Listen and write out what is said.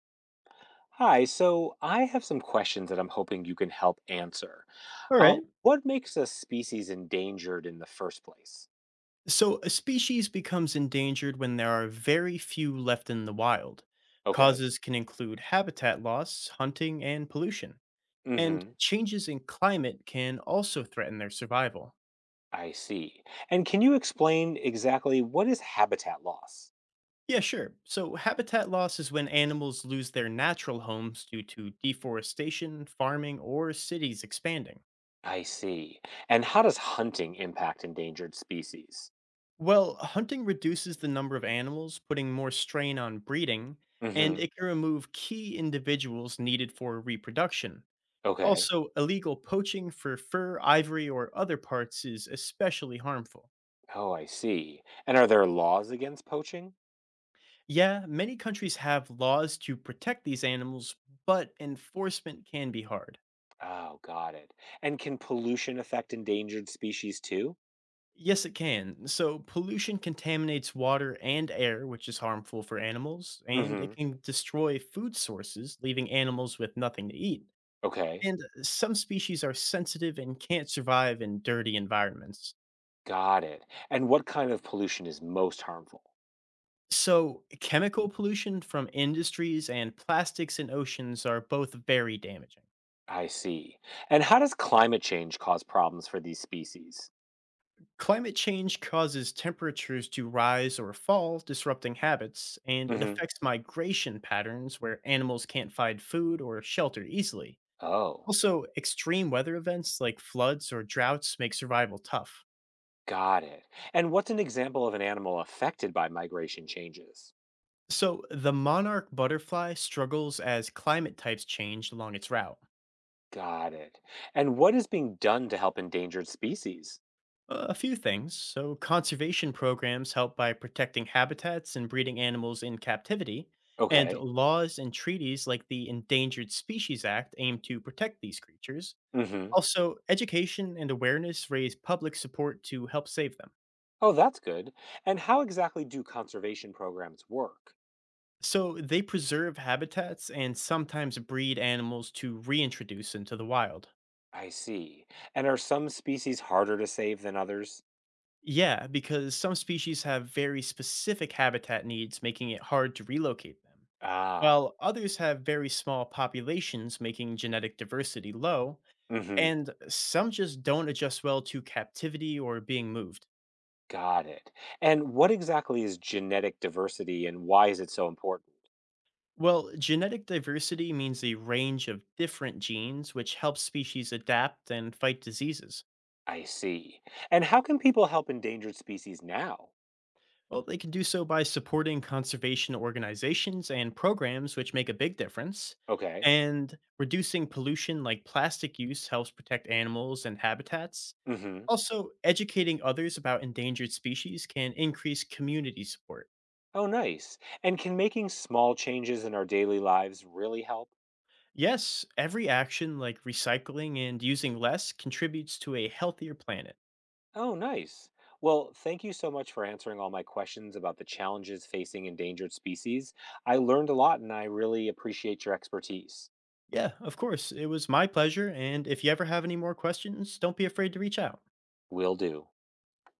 Hi, so I have some questions that I'm hoping you can help answer. All Uh, right. what makes a species endangered in the first place? So a species becomes endangered when there are very few left in the wild. Okay. Causes can include habitat loss, hunting, and pollution. And Mm-hmm. changes in climate can also threaten their survival. I see. And can you explain exactly what is habitat loss? Yeah, sure. So habitat loss is when animals lose their natural homes due to deforestation, farming, or cities expanding. I see. And how does hunting impact endangered species? Well, hunting reduces the number of animals, putting more strain on breeding, and Mm-hmm. it can remove key individuals needed for reproduction, Okay. Also, illegal poaching for fur, ivory, or other parts is especially harmful. Oh, I see. And are there laws against poaching? Yeah, many countries have laws to protect these animals, but enforcement can be hard. Oh, got it. And can pollution affect endangered species too? Yes, it can. So, pollution contaminates water and air, which is harmful for animals, and it Mm-hmm. can destroy food sources, leaving animals with nothing to eat. Okay. And some species are sensitive and can't survive in dirty environments. Got it. And what kind of pollution is most harmful? So, chemical pollution from industries and plastics in oceans are both very damaging. I see. And how does climate change cause problems for these species? Climate change causes temperatures to rise or fall, disrupting habits, and it Hmm. affects migration patterns where animals can't find food or shelter easily. Oh, Also, extreme weather events like floods or droughts make survival tough. got it. And what's an example of an animal affected by migration changes? So, the monarch butterfly struggles as climate types change along its route. Got it. And what is being done to help endangered species? A few things. So, conservation programs help by protecting habitats and breeding animals in captivity, and Okay. laws and treaties like the Endangered Species Act aim to protect these creatures. Hmm. Also, education and awareness raise public support to help save them. Oh, that's good. And how exactly do conservation programs work? So, they preserve habitats and sometimes breed animals to reintroduce into the wild. I see. And are some species harder to save than others? Yeah, because some species have very specific habitat needs, making it hard to relocate them, Ah. while others have very small populations, making genetic diversity low, Hmm. and some just don't adjust well to captivity or being moved. Got it. And what exactly is genetic diversity and why is it so important? Well, genetic diversity means a range of different genes, which helps species adapt and fight diseases. I see. And how can people help endangered species now? Well, they can do so by supporting conservation organizations and programs which make a big difference. Okay. And reducing pollution like plastic use helps protect animals and habitats. Mm-hmm. Also, educating others about endangered species can increase community support. Oh, nice. And can making small changes in our daily lives really help? Yes, every action like recycling and using less contributes to a healthier planet. Oh, nice. Well, thank you so much for answering all my questions about the challenges facing endangered species. I learned a lot and I really appreciate your expertise. Yeah, of course, it was my pleasure. And if you ever have any more questions, don't be afraid to reach out. Will do.